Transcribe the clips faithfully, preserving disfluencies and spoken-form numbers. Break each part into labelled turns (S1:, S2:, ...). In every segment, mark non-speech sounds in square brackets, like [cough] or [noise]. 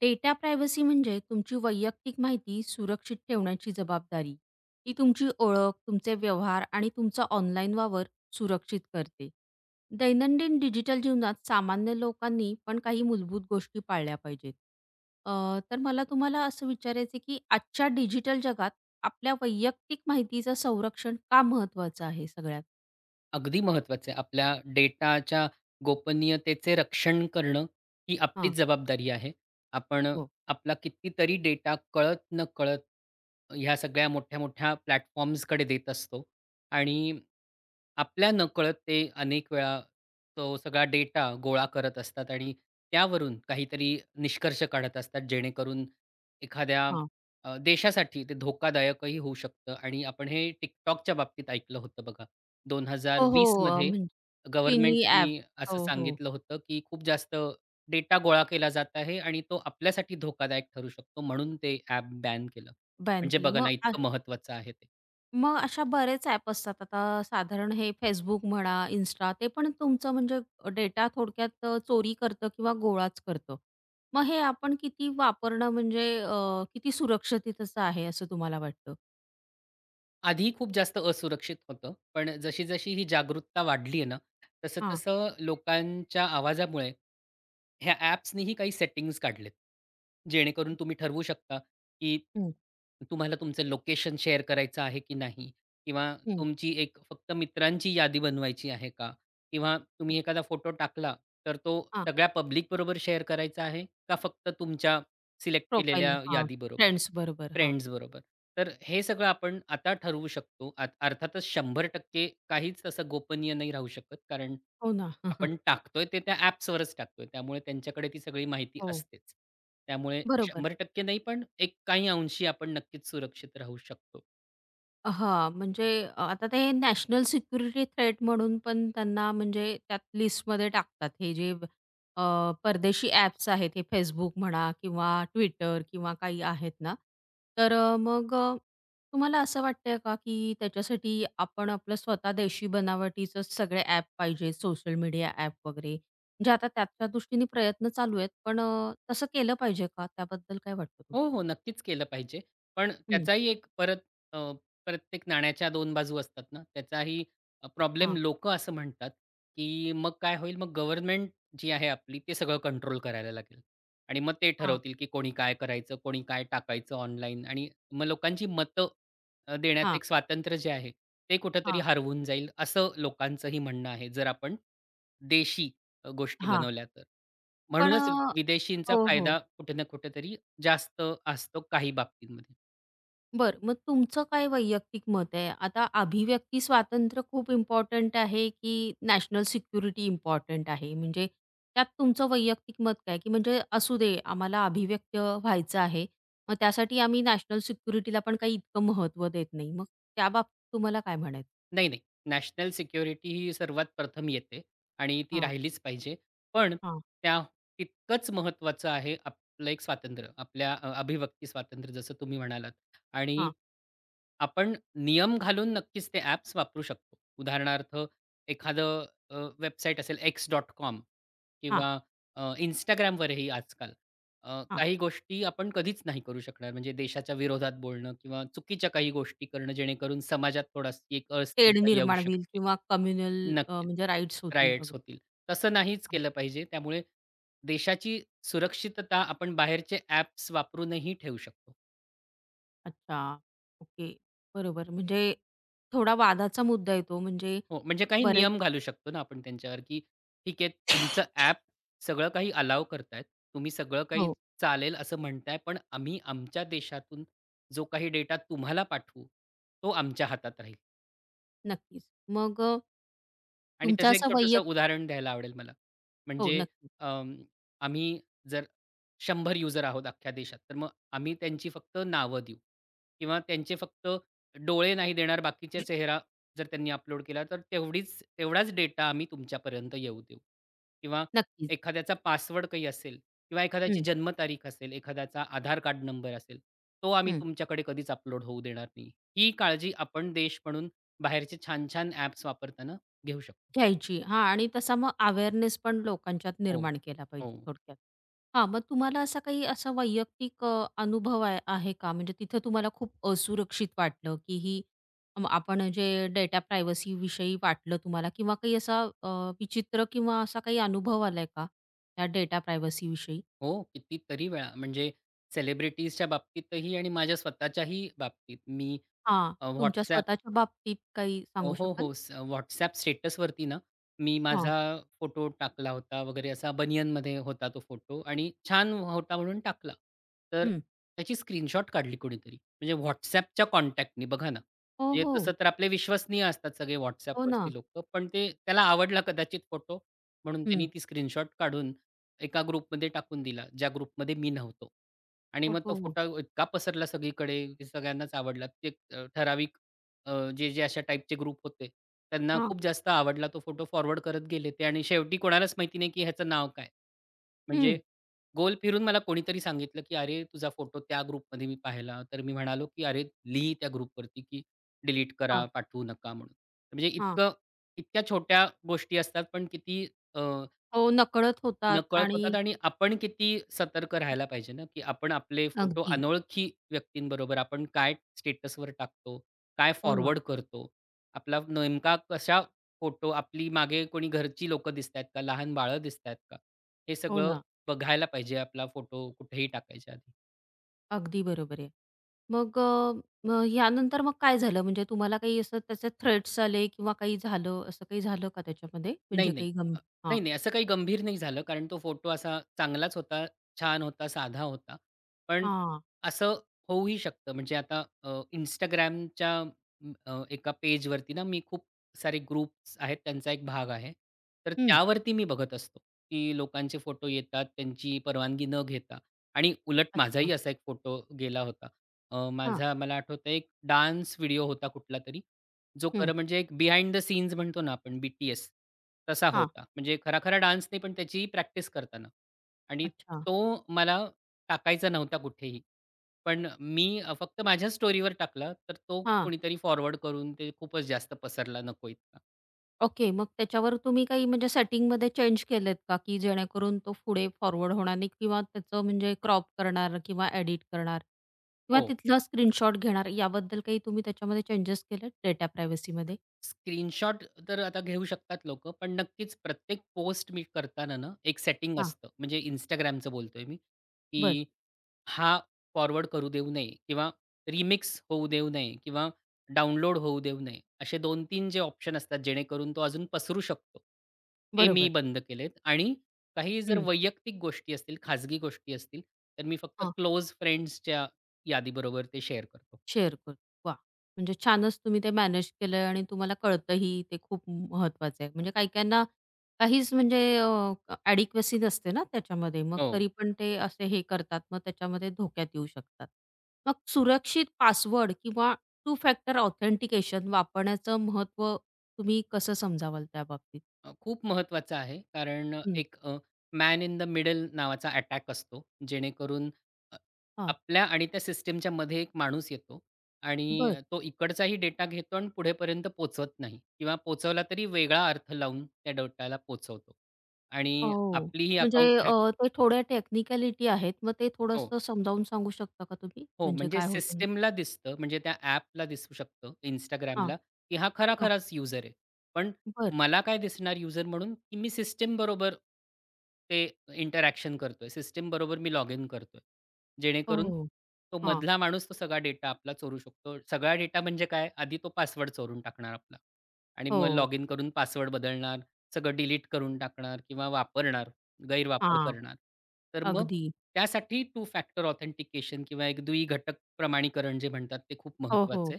S1: Data privacy म्हणजे तुमची वैयक्तिक माहिती सुरक्षित ठेवण्याची जबाबदारी. ती तुमची ओळख, तुमचे व्यवहार आणि तुमचा ऑनलाईन वावर सुरक्षित करते. दैनंदिन डिजिटल जीवनात सामान्य लोकांनी पण काही मूलभूत गोष्टी पाळल्या पाहिजेत. अ, तर मला तुम्हाला असं विचारायचं की आजच्या डिजिटल जगात आपल्या वैयक्तिक माहितीचं संरक्षण का महत्त्वाचं आहे सगळ्यात?
S2: अगदी महत्वाचं आहे. आपल्या डेटाच्या गोपनीयतेचे रक्षण करणं ही
S1: हां,
S2: आपलीच जबाबदारी आहे. आपण
S1: हो,
S2: आपला कितीतरी डेटा कळत-नकळत ह्या सगळ्या मोठ्या-मोठ्या प्लॅटफॉर्म्सकडे देत असतो आणि आपल्या नकळत ते अनेक वेळा तो सगळा डेटा गोळा करत असतात आणि त्यावरून काहीतरी निष्कर्ष काढत असतात, जेणेकरून एखाद्या
S1: हां.
S2: अ, देशासाठी ते धोकादायकही होऊ शकतं आणि आपण हे TikTokच्या बाबतीत ऐकलं होतं बघा. दोन हजार
S1: हो, हो.
S2: वीस
S1: अ,
S2: मध्ये
S1: म्हणजे चीनी
S2: गव्हर्नमेंटनी
S1: ॲप.
S2: असं
S1: हो, हो.
S2: सांगितलं होतं, की खूप जास्त डेटा गोळा केला जात आहे आणि तो आपल्यासाठी धोकादायक ठरू शकतो म्हणून ते ॲप बॅन केलं.
S1: बॅन
S2: म्हणजे
S1: केलं.
S2: बघा
S1: मग
S2: ना, इतकं महत्वाचं आहे ते.
S1: मग अशा बरेच ॲप असतात. आता साधारण हे Facebook म्हणा, Insta ते पण तुमचं म्हणजे डेटा थोडक्यात अ, चोरी करतं किंवा गोळाच करतं. मग हे आपण किती वापरणं म्हणजे अ, किती सुरक्षिततेचं आहे असं तुम्हाला वाटतं?
S2: आधी खूप जास्त असुरक्षित होतं. पण जशी-जशी ही जागरूकता वाढली आहे ना,
S1: हां.
S2: तसं-तसं लोकांच्या आवाजामुळे ह्या ॲप्सनीही काही सेटिंग्ज काढलेत. जेणेकरून तुम्ही ठरवू शकता, की
S1: हं,
S2: तुम्हाला तुमचं लोकेशन शेअर करायचं आहे की नाही? किंवा
S1: हं.
S2: तुमची एक फक्त मित्रांची यादी बनवायची आहे का? किंवा तुम्ही एखादा फोटो टाकला, तर तो
S1: हां,
S2: सगळ्या पब्लिक बरोबर शेअर करायचा आहे का फक्त तुमच्या सिलेक्ट
S1: प्रोफाईल.
S2: केलेल्या
S1: हां,
S2: यादीबरोबर,
S1: फ्रेंड्स बरोबर. हां,
S2: फ्रेंड्स बरोबर तर हे सगळं आपण आता ठरवू शकतो. अ अर्थातच शंभर टक्के काहीच असं गोपनीय नाही राहू शकत. कारण
S1: हो ना. [laughs]
S2: आपण टाकतोय ते त्या ॲप्सवरच टाकतोय. त्यामुळे त्यांच्याकडे ती सगळी माहिती
S1: हो.
S2: असतेच. त्यामुळे
S1: बरोबर.
S2: शंभर टक्के नाही पण एक काही अंशी आपण नक्कीच सुरक्षित राहू शकतो.
S1: हां, म्हणजे आता ते नॅशनल सिक्युरिटी थ्रेट म्हणून पण त्यांना म्हणजे त्यात लिस्टमध्ये टाकतात. हे जे अ, परदेशी ॲप्स आहेत, हे Facebook म्हणा किंवा Twitter किंवा काही आहेत ना. तर अ, मग अ, तुम्हाला असं वाटतंय का, की त्याच्यासाठी आपण आपलं स्वतः देशी बनावटीचं सगळे ॲप पाहिजे, सोशल मीडिया ॲप वगैरे? म्हणजे आता त्याच्या दृष्टीने प्रयत्न चालू आहेत, पण अ, तसं केलं पाहिजे का? त्याबद्दल काय वाटतं
S2: हो,
S1: तुम्हाला?
S2: हो. नक्कीच केलं पाहिजे. पण
S1: हं.
S2: त्याचाही एक परत अ, प्रत्येक नाण्याच्या दोन बाजू असतात ना. त्याचाही प्रॉब्लेम
S1: हां,
S2: लोकं असं म्हणतात, की मग काय होईल, मग गव्हर्नमेंट जी आहे आपली ते सगळं कंट्रोल करायला लागेल. आणि मग ते
S1: हां,
S2: ठरवतील, की कोणी काय करायचं, कोणी काय टाकायचं ऑनलाईन आणि मग लोकांची मतं अ, देण्याचं
S1: हां,
S2: एक स्वातंत्र्य जे आहे, ते कुठेतरी
S1: हां,
S2: हरवून जाईल, असं लोकांचंही म्हणणं आहे, जर आपण देशी अ, गोष्टी
S1: हां.
S2: बनवल्या तर.
S1: पण
S2: म्हणूनच
S1: हो,
S2: विदेशींचा फायदा
S1: हो.
S2: कुठे ना कुठेतरी जास्त असतो काही बाबतींमध्ये.
S1: बरं, मग तुमचं काय वैयक्तिक मत आहे? आता अभिव्यक्ती स्वातंत्र्य खूप इम्पॉर्टंट आहे, की नॅशनल सिक्युरिटी इम्पॉर्टंट आहे? म्हणजे त्यात तुमचं वैयक्तिक मत काय? की म्हणजे असू दे, आम्हाला अभिव्यक्त व्हायचं आहे, मग त्यासाठी आम्ही नॅशनल सिक्युरिटीला पण काही इतकं महत्त्व देत नाही. मग त्याबाबतीत तुम्हाला काय म्हणायचं?
S2: नाही, नाही. नॅशनल सिक्युरिटी ही सर्वात प्रथम येते आणि ती
S1: हां,
S2: राहिलीच पाहिजे. पण
S1: हां,
S2: त्या तितकंच महत्त्वाचं आहे आपलं एक स्वातंत्र्य, आपल्या अ, अभिव्यक्ती स्वातंत्र्य जसं तुम्ही म्हणालात आणि
S1: हां,
S2: आपण नियम घालून नक्कीच ते ॲप्स वापरू शकतो. उदाहरणार्थ एखादं अ, वेबसाईट असेल X dot X dot com
S1: हां,
S2: किंवा अ, Instagramवरही आजकाल अ,
S1: हां.
S2: काही गोष्टी आपण कधीच नाही करू शकणार. म्हणजे देशाच्या विरोधात बोलणं किंवा चुकीच्या काही गोष्टी करणं, जेणेकरून समाजात थोडीशी एक
S1: तेढ
S2: अस्थिरता येऊ
S1: निर्माण होईल
S2: शकते.
S1: किंवा कम्युनल
S2: नक्कीच.
S1: म्हणजे राईट्स होतील
S2: रायट्स
S1: वगैरे.
S2: होतील. तसं नाहीच केलं पाहिजे. त्यामुळे देशाची सुरक्षितता आपण बाहेरचे ॲप्स वापरूनही ठेवू शकतो.
S1: अच्छा. ओके. बरोबर. म्हणजे थोडा वादाचा मुद्दा येतो म्हणजे
S2: हो, म्हणजे काही
S1: बरेच
S2: नियम घालू शकतो ना आपण त्यांच्यावर, की ठीक आहे तुमचं ॲप सगळं काही अलाव करतायत. तुम्ही सगळं काही
S1: हो.
S2: चालेल असं म्हणताय, पण आम्ही आमच्या देशातून जो काही डेटा तुम्हाला पाठवू, तो आमच्या हातात राहील.
S1: नक्कीच. मग अ,
S2: आणि
S1: तुमचा
S2: त्याचं एक
S1: असा
S2: छोटंसं
S1: वैयक
S2: उदाहरण द्यायला आवडेल मला.
S1: हो.
S2: म्हणजे
S1: नक्कीच,
S2: अं, आम्ही जर शंभर युजर आहोत अख्ख्या देशात, तर मग आम्ही त्यांची फक्त नावं देऊ किंवा त्यांचे फक्त डोळे नाही देणार, बाकीचे चेहरा जर त्यांनी अपलोड केला, तर तेवढीच तेवढाच डेटा आम्ही तुमच्यापर्यंत येऊ देऊ किंवा
S1: नक्कीच.
S2: एखाद्याचा पासवर्ड काही असेल किंवा एखाद्याची
S1: हं,
S2: जन्मतारीख असेल, एखाद्याचा आधार कार्ड नंबर असेल, तो आम्ही
S1: हं.
S2: तुमच्याकडे कधीच अपलोड होऊ देणार नाही. ही काळजी आपण देश म्हणून बाहेरचे छान-छान ॲप्स वापरताना घेऊ शकतो.
S1: घ्यायची. हां आणि तसा मग अवेअरनेस पण लोकांच्यात
S2: हो,
S1: निर्माण केला
S2: हो,
S1: पाहिजे थोडक्यात. हां, मग तुम्हाला असा काही असा वैयक्तिक अ, अनुभव आहे आहे का? म्हणजे तिथे तुम्हाला खूप असुरक्षित वाटलं, की ही अ, आपण जे डेटा प्रायव्हसीविषयी वाटलं तुम्हाला किंवा काही असा अ, विचित्र किंवा असा काही अनुभव आलाय का? त्या डेटा प्रायव्हसीविषयी?
S2: हो. कितीतरी वेळा म्हणजे सेलिब्रिटीजच्या बाबतीतही आणि माझ्या स्वतःच्याही बाबतीत मी
S1: हां,
S2: अ,
S1: तुमच्या स्वतःच्या बाबतीत काही
S2: हो,
S1: सांगू
S2: हो.
S1: शकाल?
S2: हो स WhatsApp स्टेटसवरती ना, मी
S1: हां.
S2: माझा फोटो टाकला होता वगैरे असा बनियनमध्ये होता तो फोटो आणि छान होता म्हणून टाकला. तर
S1: हं.
S2: त्याची स्क्रीनशॉट काढली कोणीतरी. म्हणजे WhatsAppच्या कॉन्टॅक्टनी बघा ना.
S1: हो,
S2: म्हणजे
S1: हो.
S2: तसं तर आपले विश्वसनीय असतात सगळे
S1: हो ना.
S2: WhatsAppवरची लोकं. पण ते त्याला आवडला कदाचित फोटो म्हणून त्यांनी
S1: हं.
S2: ती स्क्रीनशॉट काढून एका ग्रुपमध्ये टाकून दिला, ज्या ग्रुपमध्ये मी नव्हतो. आणि
S1: हो,
S2: मग तो
S1: हो.
S2: फोटो इतका पसरला सगळीकडे की सगळ्यांनाच आवडला. ते एक, अ, ठराविक अ, जे, जे अशा टाइपचे ग्रुप होते. त्यांना
S1: हां.
S2: खूप जास्त आवडला तो फोटो फॉरवर्ड करत गेले ते आणि शेवटी कोणालाच माहिती नाही, की ह्याचं नाव काय? म्हणजे
S1: हं.
S2: गोल फिरून मला कोणीतरी सांगितलं, की "अरे, तुझा फोटो त्या ग्रुपमध्ये मी पाहिला." तर मी म्हणालो, की "अरे, लिही त्या ग्रुपवरती, की डिलीट करा,
S1: हां,
S2: पाठवू नका." म्हणून. म्हणजे
S1: हां.
S2: इतकं इतक्या छोट्या गोष्टी असतात, पण किती
S1: हो, नकळत होतात
S2: नकळत
S1: आणि
S2: होतात आणि आपण किती सतर्क राहायला पाहिजे ना, की आपण आपले फोटो
S1: अगदी.
S2: अनोळखी व्यक्तींबरोबर आपण काय स्टेटसवर टाकतो, काय
S1: हो ना,
S2: फॉरवर्ड करतो. आपला नेमका कशा फोटो आपली मागे कोणी घरची लोकं दिसतायत का? लहान बाळं दिसतायत का? हे
S1: हो
S2: सगळं
S1: ना.
S2: बघायला पाहिजे आपला फोटो कुठेही टाकायच्या आधी.
S1: अगदी बरोबर आहे. मग अ, मग यानंतर मग काय झालं? म्हणजे तुम्हाला काही असं त्याचे थ्रेट्स आले किंवा काही झालं, असं काही झालं का त्याच्यामध्ये?
S2: नाही,
S1: म्हणजे
S2: नाही.
S1: काही
S2: अ,
S1: गंभीर हां,
S2: नाही, नाही असं काही गंभीर नाही झालं कारण तो फोटो असा चांगलाच होता, छान होता, साधा होता. पण
S1: हां.
S2: असं होऊही शकतं म्हणजे आता अ, Instagramच्या अ, एका पेजवरती ना मी खूप सारे ग्रुप्स आहेत, त्यांचा एक भाग आहे. तर
S1: हं.
S2: त्यावरती मी बघत असतो, की लोकांचे फोटो येतात त्यांची परवानगी न घेता आणि उलट माझाही
S1: अच्छा.
S2: असा एक फोटो गेला होता. अ,
S1: हां,
S2: माझा मला आठवतंय एक डान्स व्हिडिओ होता कुठलातरी जो
S1: हं,
S2: खरं म्हणजे एक बिहाइंड द सीन्स म्हणतो ना आपण बी एस तसा
S1: हां.
S2: होता. म्हणजे खरा-खरा डान्स नाही पण त्याची प्रॅक्टिस करताना. आणि
S1: अच्छा.
S2: तो मला टाकायचा नव्हता कुठेही. पण मी अ, फक्त माझ्या स्टोरीवर टाकला तर तो
S1: हां.
S2: कोणीतरी फॉरवर्ड करून ते खूपच जास्त पसरला नको इतका.
S1: ओके. मग त्याच्यावर तुम्ही काही म्हणजे सेटिंगमध्ये चेंज केलेत का? की जेणेकरून तो पुढे फॉरवर्ड होणार नाही किंवा त्याचं म्हणजे क्रॉप करणार किंवा एडिट करणार किंवा
S2: हो.
S1: तिथला स्क्रीनशॉट घेणार याबद्दल काही तुम्ही त्याच्यामध्ये चेंजेस केलेत डेटा प्रायव्हसीमध्ये?
S2: स्क्रीनशॉट तर आता घेऊ शकतात लोकं, पण नक्कीच प्रत्येक पोस्ट मी करताना ना, एक सेटिंग
S1: हां.
S2: असतं. म्हणजे Instagramचं बोलतोय मी, की
S1: बरं.
S2: हा फॉरवर्ड करू देऊ नये किंवा रिमिक्स होऊ देऊ नये किंवा डाउनलोड होऊ देऊ नये. असे दोन तीन जे ऑप्शन असतात, जेणेकरून तो अजून पसरू शकतो. ते मी
S1: बरोबर.
S2: बंद केलेत आणि काही जर
S1: हं.
S2: वैयक्तिक गोष्टी असतील, खाजगी गोष्टी असतील, तर मी फक्त
S1: हां.
S2: क्लोज फ्रेंड्सच्या यादीबरोबर ते शेअर करतो.
S1: शेअर करतो. वाह! म्हणजे छानच तुम्ही ते मॅनेज केलंय आणि तुम्हाला कळतंही ते खूप महत्वाचं आहे. म्हणजे काही-काहींना काहीच म्हणजे अ, ॲडिक्वसी नसते ना त्याच्यामध्ये. मग
S2: हो.
S1: तरी पण ते असे हे करतात. मग त्याच्यामध्ये धोक्यात येऊ शकतात. मग सुरक्षित पासवर्ड किंवा टू फॅक्टर ऑथेंटिकेशन वापरण्याचं महत्त्व तुम्ही कसं समजावाल त्या बाबतीत?
S2: अ, खूप महत्त्वाचं आहे. कारण
S1: हं.
S2: एक अ, मॅन इन द मिडल नावाचा अटॅक असतो. जेणेकरून अ,
S1: हां.
S2: आपल्या आणि त्या सिस्टमच्या मध्ये एक माणूस येतो आणि
S1: बरं.
S2: अ, तो इकडचाही डेटा घेतो आणि पुढेपर्यंत पोहोचवत नाही किंवा पोचवला तरी वेगळा अर्थ लावून त्या डेटाला पोचवतो आणि
S1: हो.
S2: आपलीही
S1: म्हणजे
S2: अकाउंट हॅक
S1: अ, ते थोड्या टेक्निकॅलिटी आहेत. मग ते
S2: हो.
S1: थोडंसं समजावून सांगू शकता का तुम्ही?
S2: हो,
S1: म्हणजे
S2: म्हणजे
S1: काय होतं?
S2: सिस्टमला दिसतं, म्हणजे त्या ॲपला दिसू शकतं Instagramला, की हा
S1: हां.
S2: खरा-खराच युजर आहे. पण
S1: बरं.
S2: मला काय दिसणार युजर म्हणून, की मी सिस्टमबरोबर ते इंटरॅक्शन करतोय. सिस्टमबरोबर मी लॉग इन करतोय.
S1: हो,
S2: जेणेकरून
S1: हो.
S2: तो
S1: हां.
S2: मधला माणूस तो सगळा डेटा आपला चोरू शकतो. सगळा डेटा म्हणजे काय, आधी तो पासवर्ड चोरून टाकणार आपला आणि
S1: हो.
S2: मग लॉग इन करून पासवर्ड बदलणार, सगळं डिलीट करून टाकणार किंवा वापरणार. गैरवापर
S1: हां.
S2: करणार. तर मग
S1: अगदी.
S2: त्यासाठी टू फॅक्टर ऑथेंटिकेशन किंवा एक दुई घटक प्रमाणीकरण जे म्हणतात ते खूप
S1: हो, हो.
S2: महत्वाचं आहे.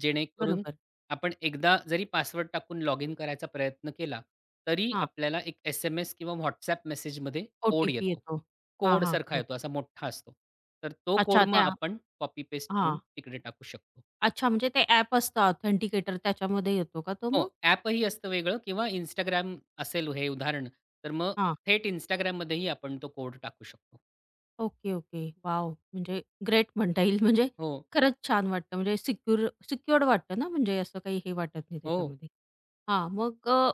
S2: जेणेकरून
S1: बरोबर.
S2: आपण एकदा जरी पासवर्ड टाकून लॉग इन करायचा प्रयत्न केला, तरी
S1: हां.
S2: आपल्याला एक एस-एम-एस किंवा WhatsApp मेसेजमध्ये कोड
S1: ओ-टी-पी
S2: येतो.
S1: येतो. हां, हां.
S2: कोडसारखा
S1: कोड.
S2: येतो असा मोठा असतो. तर तो कोड
S1: अच्छा
S2: मग
S1: त्या
S2: आपण कॉपी पेस्ट करून
S1: हां.
S2: तिकडे टाकू शकतो.
S1: अच्छा म्हणजे ते ॲप असतं ऑथेंटिकेटर त्याच्यामध्ये येतो का तो
S2: हो,
S1: मग?
S2: ॲपही असतं वेगळं किंवा Instagram असेल हे उदाहरण, तर मग
S1: हां.
S2: थेट Instagramमध्येही आपण तो कोड टाकू शकतो.
S1: Okay, okay. वॉव! म्हणजे ग्रेट म्हणता येईल म्हणजे
S2: हो,
S1: खरंच छान वाटतं म्हणजे सिक्युर सिक्युअर्ड वाटतं ना म्हणजे असं काही हे वाटत नाही
S2: हो.
S1: त्याच्यामध्ये. हां, मग अ,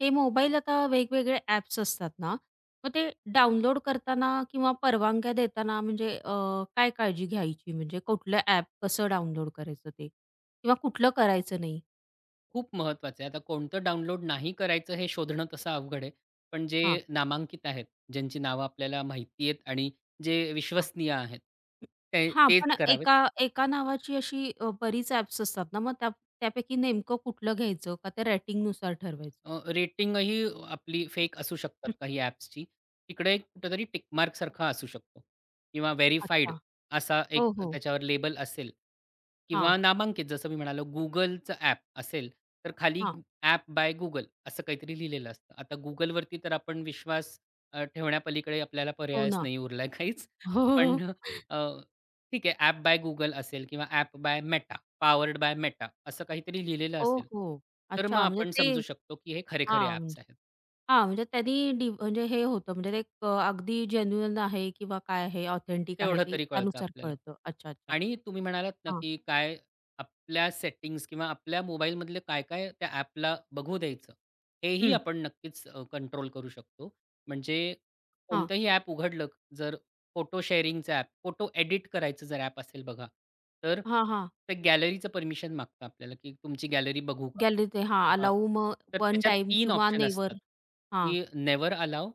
S1: हे मोबाईल आता वेगवेगळे ॲप्स असतात ना, मग ते डाउनलोड करताना किंवा परवानग्या देताना म्हणजे अ, काय काळजी घ्यायची? म्हणजे कुठलं ॲप कसं डाउनलोड करायचं ते? किंवा कुठलं करायचं नाही?
S2: खूप महत्वाचं आहे. आता कोणतं डाउनलोड नाही करायचं हे शोधणं तसं अवघड आहे. पण जे
S1: हां,
S2: नामांकित आहेत, ज्यांची नावं आपल्याला माहिती आहेत आणि जे
S1: हां.
S2: विश्वसनीय आहेत, ते
S1: हां, पण
S2: तेच करावेत.
S1: एका एका नावाची अशी अ, बरीच ॲप्स असतात ना, मग त्या त्यापैकी नेमकं कुठलं घ्यायचं का ते रेटिंगनुसार ठरवायचं?
S2: अ, रेटिंगही आपली फेक असू शकतात
S1: [clears throat]
S2: काही ॲप्सची. तिकडे एक कुठेतरी टिक मार्कसारखा असू शकतो किंवा व्हेरिफाईड
S1: अच्छा.
S2: असा एक
S1: हो, हो.
S2: त्याच्यावर लेबल असेल
S1: हां,
S2: किंवा नामांकित जसं मी म्हणालो Googleचं ॲप असेल, तर खाली
S1: हां.
S2: ॲप बाय Google असं काहीतरी लिहिलेलं असतं. आता Googleवरती तर आपण विश्वास अ, ठेवण्यापलीकडे आपल्याला
S1: हो
S2: पर्यायच
S1: ना.
S2: नाही उरलाय काहीच.
S1: हो, हो,
S2: पण
S1: हो.
S2: अ, ठीक आहे ॲप बाय Google असेल किंवा app by Meta powered by Meta असं काहीतरी लिहिलेलं असेल,
S1: ओहो!
S2: तर मग
S1: अच्छा म्हणजे
S2: आपण समजू
S1: ते
S2: शकतो, की हे खरे-खरे
S1: हां.
S2: ॲप्स आहेत.
S1: हां, म्हणजे त्यांनी डि म्हणजे हे होतं म्हणजे ते एक अ, अगदी जेन्युइन आहे किंवा काय आहे, ऑथेंटिक आहे
S2: तेवढं
S1: ते
S2: तरी कळतं
S1: त्यानुसार
S2: आपल्याला.
S1: कळतं. अच्छा, अच्छा.
S2: आणि तुम्ही म्हणालात ना,
S1: हां.
S2: की काय आपल्या सेटिंग्ज किंवा आपल्या मोबाईलमधले काय-काय त्या ॲपला बघू द्यायचं, हेही
S1: हं.
S2: आपण नक्कीच कंट्रोल करू शकतो. म्हणजे
S1: हां.
S2: कोणतंही ॲप उघडलं, जर फोटो शेअरिंगचं ॲप, फोटो एडिट करायचं जर ॲप असेल बघा, तर
S1: हां, हां.
S2: ते गॅलरीचं परमिशन मागतं आपल्याला, की तुमची गॅलरी बघू का?
S1: गॅलरी ते हां,
S2: हां.
S1: अलाऊ मग
S2: तर
S1: वन
S2: त्याच्यात
S1: टाइम
S2: तीन
S1: किंवा
S2: ऑप्शन
S1: नेव्हर.
S2: असतात,
S1: हां,
S2: की नेव्हर अलाउ,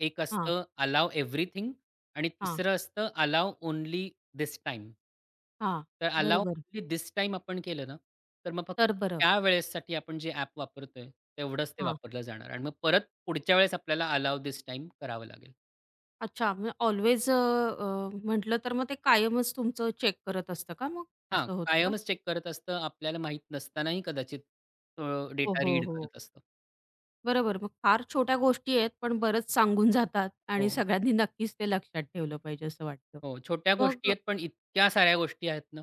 S2: एक
S1: हां,
S2: असतं अलाउ एव्हरीथिंग आणि
S1: हां,
S2: तिसरं असतं अलाऊ ओन्ली धिस टाईम.
S1: हां.
S2: तर अलाऊ
S1: बरोबर.
S2: ओन्ली धिस टाईम आपण केलं ना, तर मग फक्त
S1: तर बरं.
S2: त्यावेळेससाठी आपण जे ॲप वापरतोय, तेवढंच ते
S1: हां.
S2: वापरलं जाणार आणि मग परत पुढच्या वेळेस आपल्याला अलाऊ धिस टाईम करावं लागेल.
S1: अच्छा म्हणजे ऑल्वेज अ, अ, म्हटलं तर मग ते कायमच तुमचं चेक करत असतं का मग?
S2: हां,
S1: असं होतं का?
S2: कायमच चेक करत असतं. आपल्याला माहीत नसतानाही कदाचित तो
S1: हो,
S2: डेटा
S1: हो,
S2: रीड
S1: हो.
S2: करत असतो.
S1: बरोबर. मग फार छोट्या गोष्टी आहेत, पण बरंच सांगून जातात आणि
S2: हो,
S1: सगळ्यांनी नक्कीच ते लक्षात ठेवलं पाहिजे असं वाटतं.
S2: हो. छोट्या गोष्टी
S1: मग
S2: आहेत, पण इतक्या साऱ्या गोष्टी आहेत ना,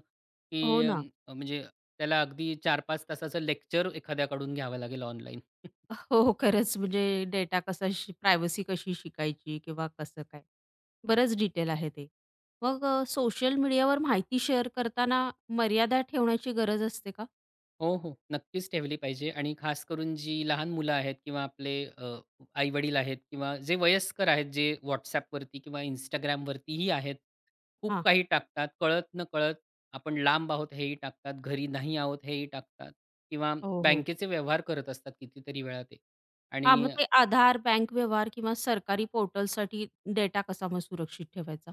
S2: की
S1: हो
S2: अ,
S1: ना.
S2: म्हणजे त्याला अगदी चार पाच तासाचं लेक्चर एखाद्याकडून घ्यावं लागेल ऑनलाईन.
S1: हो, हो. खरंच म्हणजे डेटा कसा शि प्रायव्हसी कशी शिकायची किंवा कसं काय? बरंच डिटेल आहे ते. मग सोशल मीडियावर माहिती शेअर करताना मर्यादा ठेवण्याची गरज असते का?
S2: हो, हो. नक्कीच ठेवली पाहिजे आणि खास करून जी लहान मुलं आहेत किंवा आपले अ, आई-वडील आहेत किंवा जे वयस्कर आहेत, जे WhatsAppवरती किंवा Instagramवरतीही आहेत. खूप
S1: हां.
S2: काही टाकतात. कळत-नकळत आपण लांब आहोत हेही टाकतात, घरी नाही आहोत हेही टाकतात किंवा
S1: हो, हो.
S2: बँकेचे व्यवहार करत असतात कितीतरी वेळा ते.
S1: हां, मग
S2: आणि
S1: ते आधार, बँक व्यवहार किंवा सरकारी पोर्टलसाठी डेटा कसा मग सुरक्षित ठेवायचा?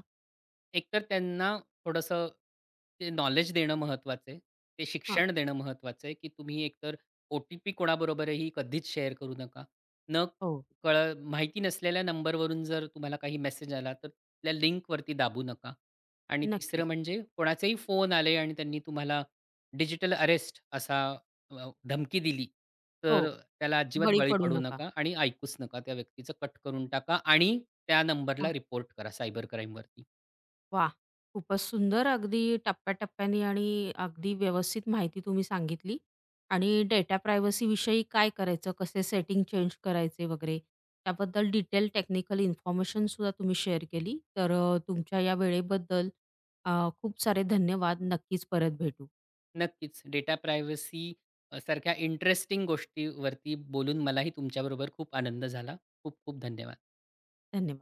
S2: एकतर त्यांना थोडंसं ते नॉलेज देणं महत्त्वाचं आहे. ते
S1: हां.
S2: शिक्षण देणं महत्त्वाचं आहे, की तुम्ही एकतर ओ-टी-पी कोणाबरोबरही कधीच शेअर करू नका. न
S1: हो,
S2: कळत माहिती नसलेल्या नंबरवरून जर तुम्हाला काही मेसेज आला, तर त्या लिंकवरती दाबू नका. आणि तिसरं
S1: नक्कीच.
S2: म्हणजे कोणाचेही फोन आले आणि त्यांनी तुम्हाला डिजिटल अरेस्ट असा अ, धमकी दिली,
S1: हो,
S2: तर त्याला अजिबात
S1: बळी
S2: बळी
S1: पडू
S2: पडू
S1: नका.
S2: नका आणि ऐकूच नका. त्या व्यक्तीचं कट करून टाका आणि त्या नंबरला
S1: हां.
S2: रिपोर्ट करा सायबर क्राईमवरती.
S1: वा, खूपच सुंदर अगदी टप्प्याटप्प्याने आणि अगदी व्यवस्थित माहिती तुम्ही सांगितली आणि डेटा प्रायव्हसीविषयी काय करायचं, कसे सेटिंग चेंज करायचे वगैरे त्याबद्दल डिटेल टेक्निकल इन्फॉर्मेशन सुद्धा तुम्ही शेअर केली. तर अ, तुमच्या या वेळेबद्दल अ, खूप सारे धन्यवाद. नक्कीच परत भेटू.
S2: नक्कीच. डेटा प्रायव्हसी अ, सारख्या इंटरेस्टिंग गोष्टीवरती बोलून मलाही तुमच्याबरोबर खूप आनंद झाला. खूप खूप धन्यवाद.
S1: धन्यवाद.